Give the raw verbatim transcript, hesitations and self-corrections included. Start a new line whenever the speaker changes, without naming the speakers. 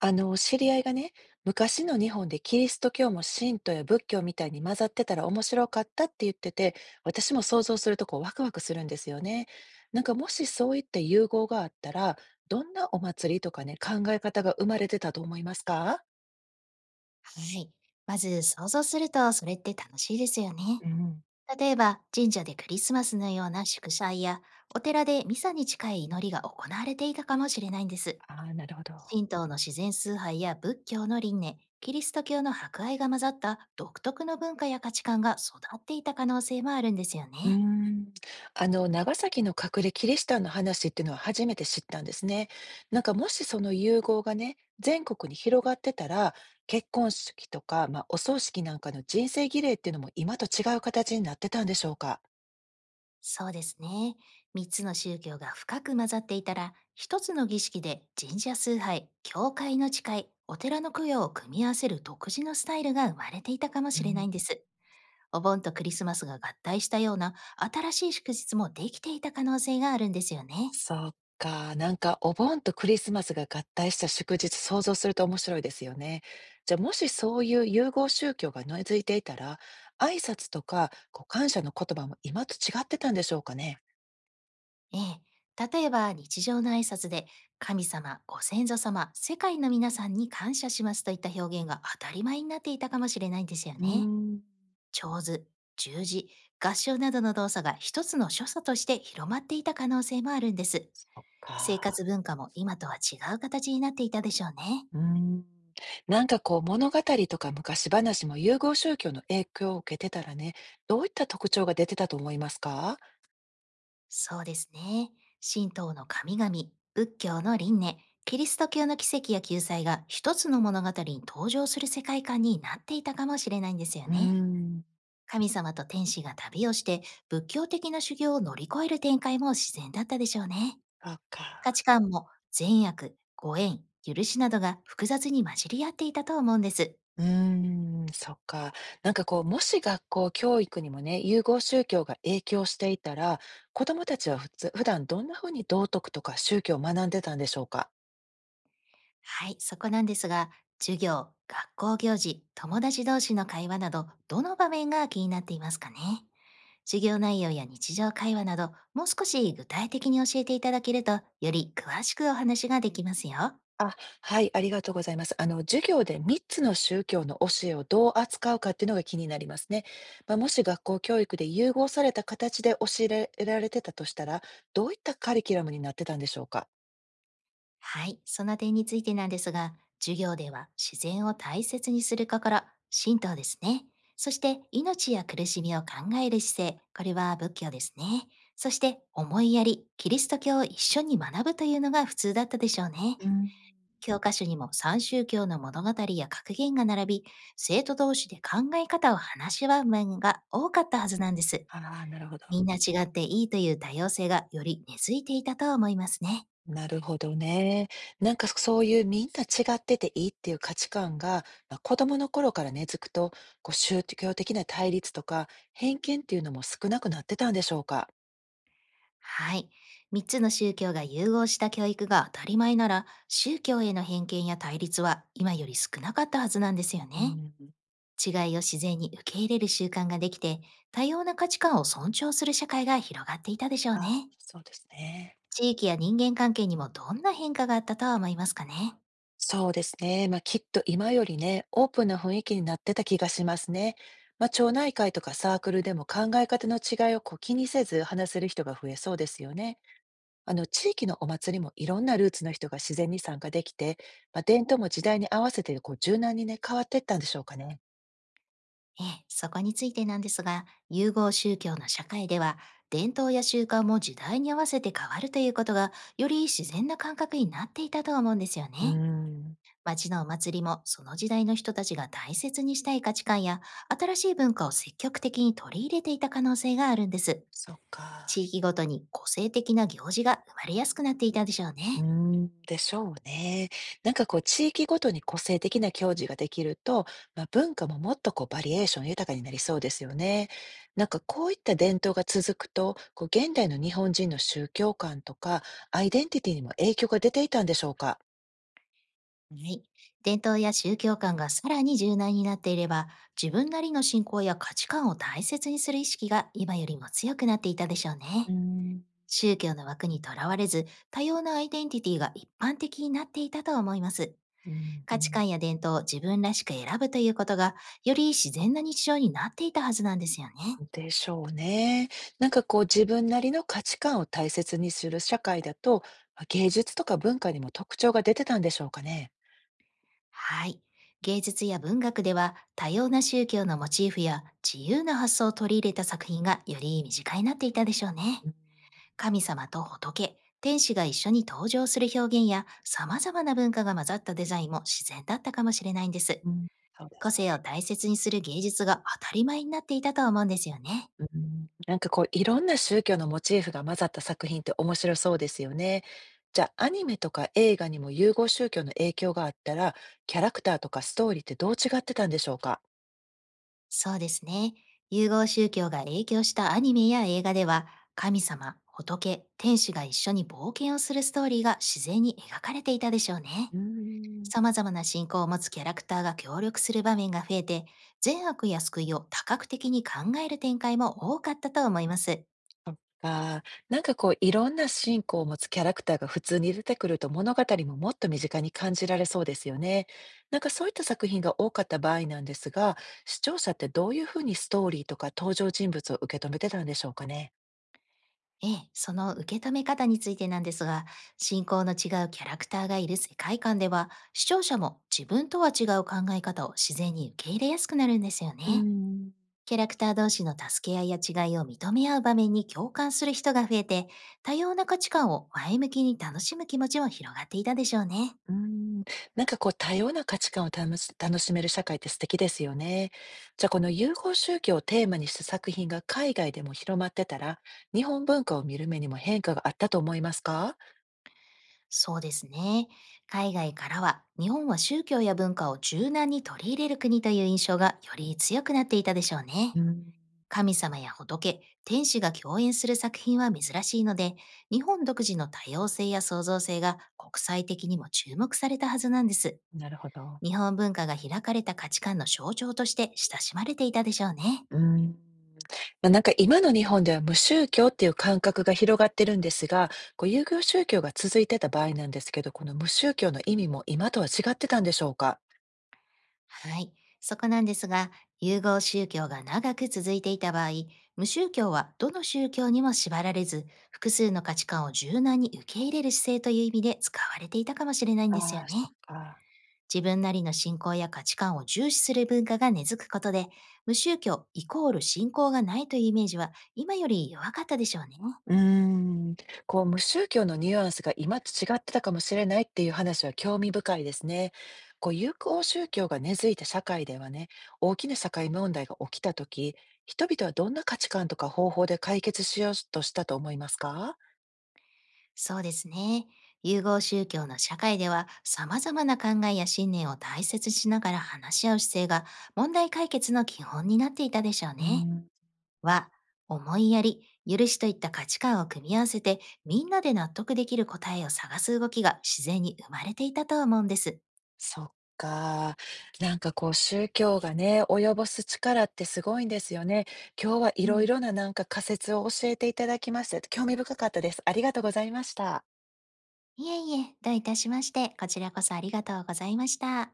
あの、知り合いがね、昔の日本でキリスト教も神道や仏教みたいに混ざってたら面白かったって言ってて、私も想像するとこうワクワクするんですよね。なんかもしそういった融合があったら、どんなお祭りとかね、考え方が生まれてたと思いますか？
はい。まず想像するとそれって楽しいですよね。
うん。
例えば神社でクリスマスのような祝祭やお寺でミサに近い祈りが行われていたかもしれないんです。
ああ、なるほど。
神道の自然崇拝や仏教の輪廻、キリスト教の博愛が混ざった独特の文化や価値観が育っていた可能性もあるんですよ
うー
ね。
ん。あの、長崎の隠れキリシタンの話っていうのは初めて知ったんですね。なんかもしその融合がね、全国に広がってたら、結婚式とか、まあ、お葬式なんかの人生儀礼っていうのも今と違う形になってたんでしょうか。
そうですね。三つの宗教が深く混ざっていたら、一つの儀式で神社崇拝、教会の誓い、お寺の供養を組み合わせる独自のスタイルが生まれていたかも
う
しれな
ん。
いんです。お盆とクリスマスが合体したような新しい祝日もできていた可能性があるんですよね。
そっか、なんかお盆とクリスマスが合体した祝日想像すると面白いですよね。じゃあもしそういう融合宗教が根付いていたら、挨拶とかこう感謝の言葉も今と違ってたんでしょうかね。
ええ。例えば日常の挨拶で神様、ご先祖様、世界の皆さんに感謝しますといった表現が当たり前になっていたかもしれないんですよ
うー
ね。
ん。
長図、十字、合唱などの動作が一つの所作として広まっていた可能性もあるんです。
そっ
生
か。
活文化も今とは違う形になっていたでしょうね。
うーん。なんかこう物語とか昔話も融合宗教の影響を受けてたらね、どういった特徴が出てたと思いますか？
そうですね。神道の神々、仏教の輪廻、キリスト教の奇跡や救済が一つの物語に登場する世界観になっていたかもしれないんですよ
うー
ね。
ん、
神様と天使が旅をして仏教的な修行を乗り越える展開も自然だったでしょうね。
そっ
価
か。
値観も善悪、ご縁、許しなどが複雑に混じり合っていたと思うんです。
うーん、そっか。なんかこう、もし学校教育にもね、融合宗教が影響していたら、子どもたちはふつ普段どんな風に道徳とか宗教を学んでたんでしょうか？
はい、そこなんですが、授業、学校行事、友達同士の会話など、どの場面が気になっていますかね。授業内容や日常会話など、もう少し具体的に教えていただけると、より詳しくお話ができますよ。
あ、はい、ありがとうございます。あの、授業でみっつの宗教の教えをどう扱うかっていうのが気になりますね。まあ、もし学校教育で融合された形で教えられてたとしたら、どういったカリキュラムになってたんでしょうか？
はい、その点についてなんですが、授業では自然を大切にする心、神道ですね。そして命や苦しみを考える姿勢、これは仏教ですね。そして思いやり、キリスト教を一緒に学ぶというのが普通だったでしょうね。
うん。
教科書にも三宗教の物語や格言が並び、生徒同士で考え方を話し合う面が多かったはずなんです。
ああ、なるほど。
みんな違っていいという多様性がより根付いていたと思いますね。
なるほどね。なんかそういうみんな違ってていいっていう価値観が、まあ、子供の頃から根付くと、こう宗教的な対立とか偏見っていうのも少なくなってたんでしょうか。
はい。みっつの宗教が融合した教育が当たり前なら、宗教への偏見や対立は今より少なかったはずなんですよ
う
ね。
ん。
違いを自然に受け入れる習慣ができて、多様な価値観を尊重する社会が広がっていたでしょう
あ、
ね。
そうですね。
地域や人間関係にもどんな変化があったとは思いますかね。
そうですね。まあ、きっと今よりね、オープンな雰囲気になってた気がしますね。まあ、町内会とかサークルでも考え方の違いをこう気にせず話せる人が増えそうですよね。あの、地域のお祭りもいろんなルーツの人が自然に参加できて、まあ、伝統も時代に合わせてこう柔軟にね、変わっていったんでしょうかね。
ええ、そこについてなんですが、融合宗教の社会では、伝統や習慣も時代に合わせて変わるということが、より自然な感覚になっていたと思うんですよ
うー
ね。
ん。
街のお祭りもその時代の人たちが大切にしたい価値観や新しい文化を積極的に取り入れていた可能性があるんです。
そっか。
地域ごとに個性的な行事が生まれやすくなっていたでしょう
うー
ね。
ん、でしょうね。なんかこう地域ごとに個性的な行事ができると、まあ、文化ももっとこうバリエーション豊かになりそうですよね。なんかこういった伝統が続くと、こう現代の日本人の宗教観とかアイデンティティにも影響が出ていたんでしょうか。
はい。伝統や宗教観がさらに柔軟になっていれば、自分なりの信仰や価値観を大切にする意識が今よりも強くなっていたでしょう
うー
ね。
ん。
宗教の枠にとらわれず、多様なアイデンティティが一般的になっていたと思います。
うん。
価値
う
観や伝統を自分らしく選ぶということが、より自然な日常になっていたはずなんですよね。
ん、でしょうね。なんかこう自分なりの価値観を大切にする社会だと、まあ芸術とか文化にも特徴が出てたんでしょうかね。
はい。芸術や文学では、多様な宗教のモチーフや自由な発想を取り入れた作品がより身近になっていたでしょうね。
うん。
神様と仏、天使が一緒に登場する表現や、様々な文化が混ざったデザインも自然だったかもしれないんです。
うん、そうで
個
す
性
ね。
を大切にする芸術が当たり前になっていたと思うんですよね。
うん、なんかこう、いろんな宗教のモチーフが混ざった作品って面白そうですよね。じゃあ、アニメとか映画にも融合宗教の影響があったら、キャラクターとかストーリーってどう違ってたんでしょうか？
そうですね。融合宗教が影響したアニメや映画では、神様、仏、天使が一緒に冒険をするストーリーが自然に描かれていたでしょうね。
うーん。
様々な信仰を持つキャラクターが協力する場面が増えて、善悪や救いを多角的に考える展開も多かったと思います。
ああ、なんかこう、いろんな信仰を持つキャラクターが普通に出てくると、物語ももっと身近に感じられそうですよね。なんかそういった作品が多かった場合なんですが、視聴者ってどういうふうにストーリーとか登場人物を受け止めてたんでしょうかね？
ええ、その受け止め方についてなんですが、信仰の違うキャラクターがいる世界観では、視聴者も自分とは違う考え方を自然に受け入れやすくなるんですよ
うー
ね。
ん。
キャラクター同士の助け合いや違いを認め合う場面に共感する人が増えて、多様な価値観を前向きに楽しむ気持ちも広がっていたでしょうね。
うーん、なんかこう多様な価値観を楽し楽しめる社会って素敵ですよね。じゃあこの融合宗教をテーマにした作品が海外でも広まってたら、日本文化を見る目にも変化があったと思いますか？
そうですね。海外からは、日本は宗教や文化を柔軟に取り入れる国という印象がより強くなっていたでしょう
う
ね。
ーん、
神様や仏、天使が共演する作品は珍しいので、日本独自の多様性や創造性が国際的にも注目されたはずなんです。
なるほど。
日本文化が開かれた価値観の象徴として親しまれていたでしょうね。
うーん。まあ、なんか今の日本では無宗教っていう感覚が広がってるんですが、こう融合宗教が続いてた場合なんですけど、この無宗教の意味も今とは違ってたんでしょうか？
はい。そこなんですが、融合宗教が長く続いていた場合、無宗教はどの宗教にも縛られず、複数の価値観を柔軟に受け入れる姿勢という意味で使われていたかもしれないんです
あ
よ
あー、そ
ね。
っか。
自分なりの信仰や価値観を重視する文化が根付くことで、無宗教イコール信仰がないというイメージは今より弱かったでしょうね。
うーん、こう無宗教のニュアンスが今と違ってたかもしれないっていう話は興味深いですね。こう友好宗教が根付いた社会ではね、大きな社会問題が起きたとき、人々はどんな価値観とか方法で解決しようとしたと思いますか？
そうですね。融合宗教の社会では様々な考えや信念を大切にしながら話し合う姿勢が問題解決の基本になっていたでしょう
うー
ね。
ん、
は、思いやり、許しといった価値観を組み合わせてみんなで納得できる答えを探す動きが自然に生まれていたと思うんです。
そっか。なんかこう宗教がね、及ぼす力ってすごいんですよね。今日はい
う
ろい
ん、
ろななんか仮説を教えていただきまして、興味深かったです。ありがとうございました。
いえいえ、どういたしまして、こちらこそありがとうございました。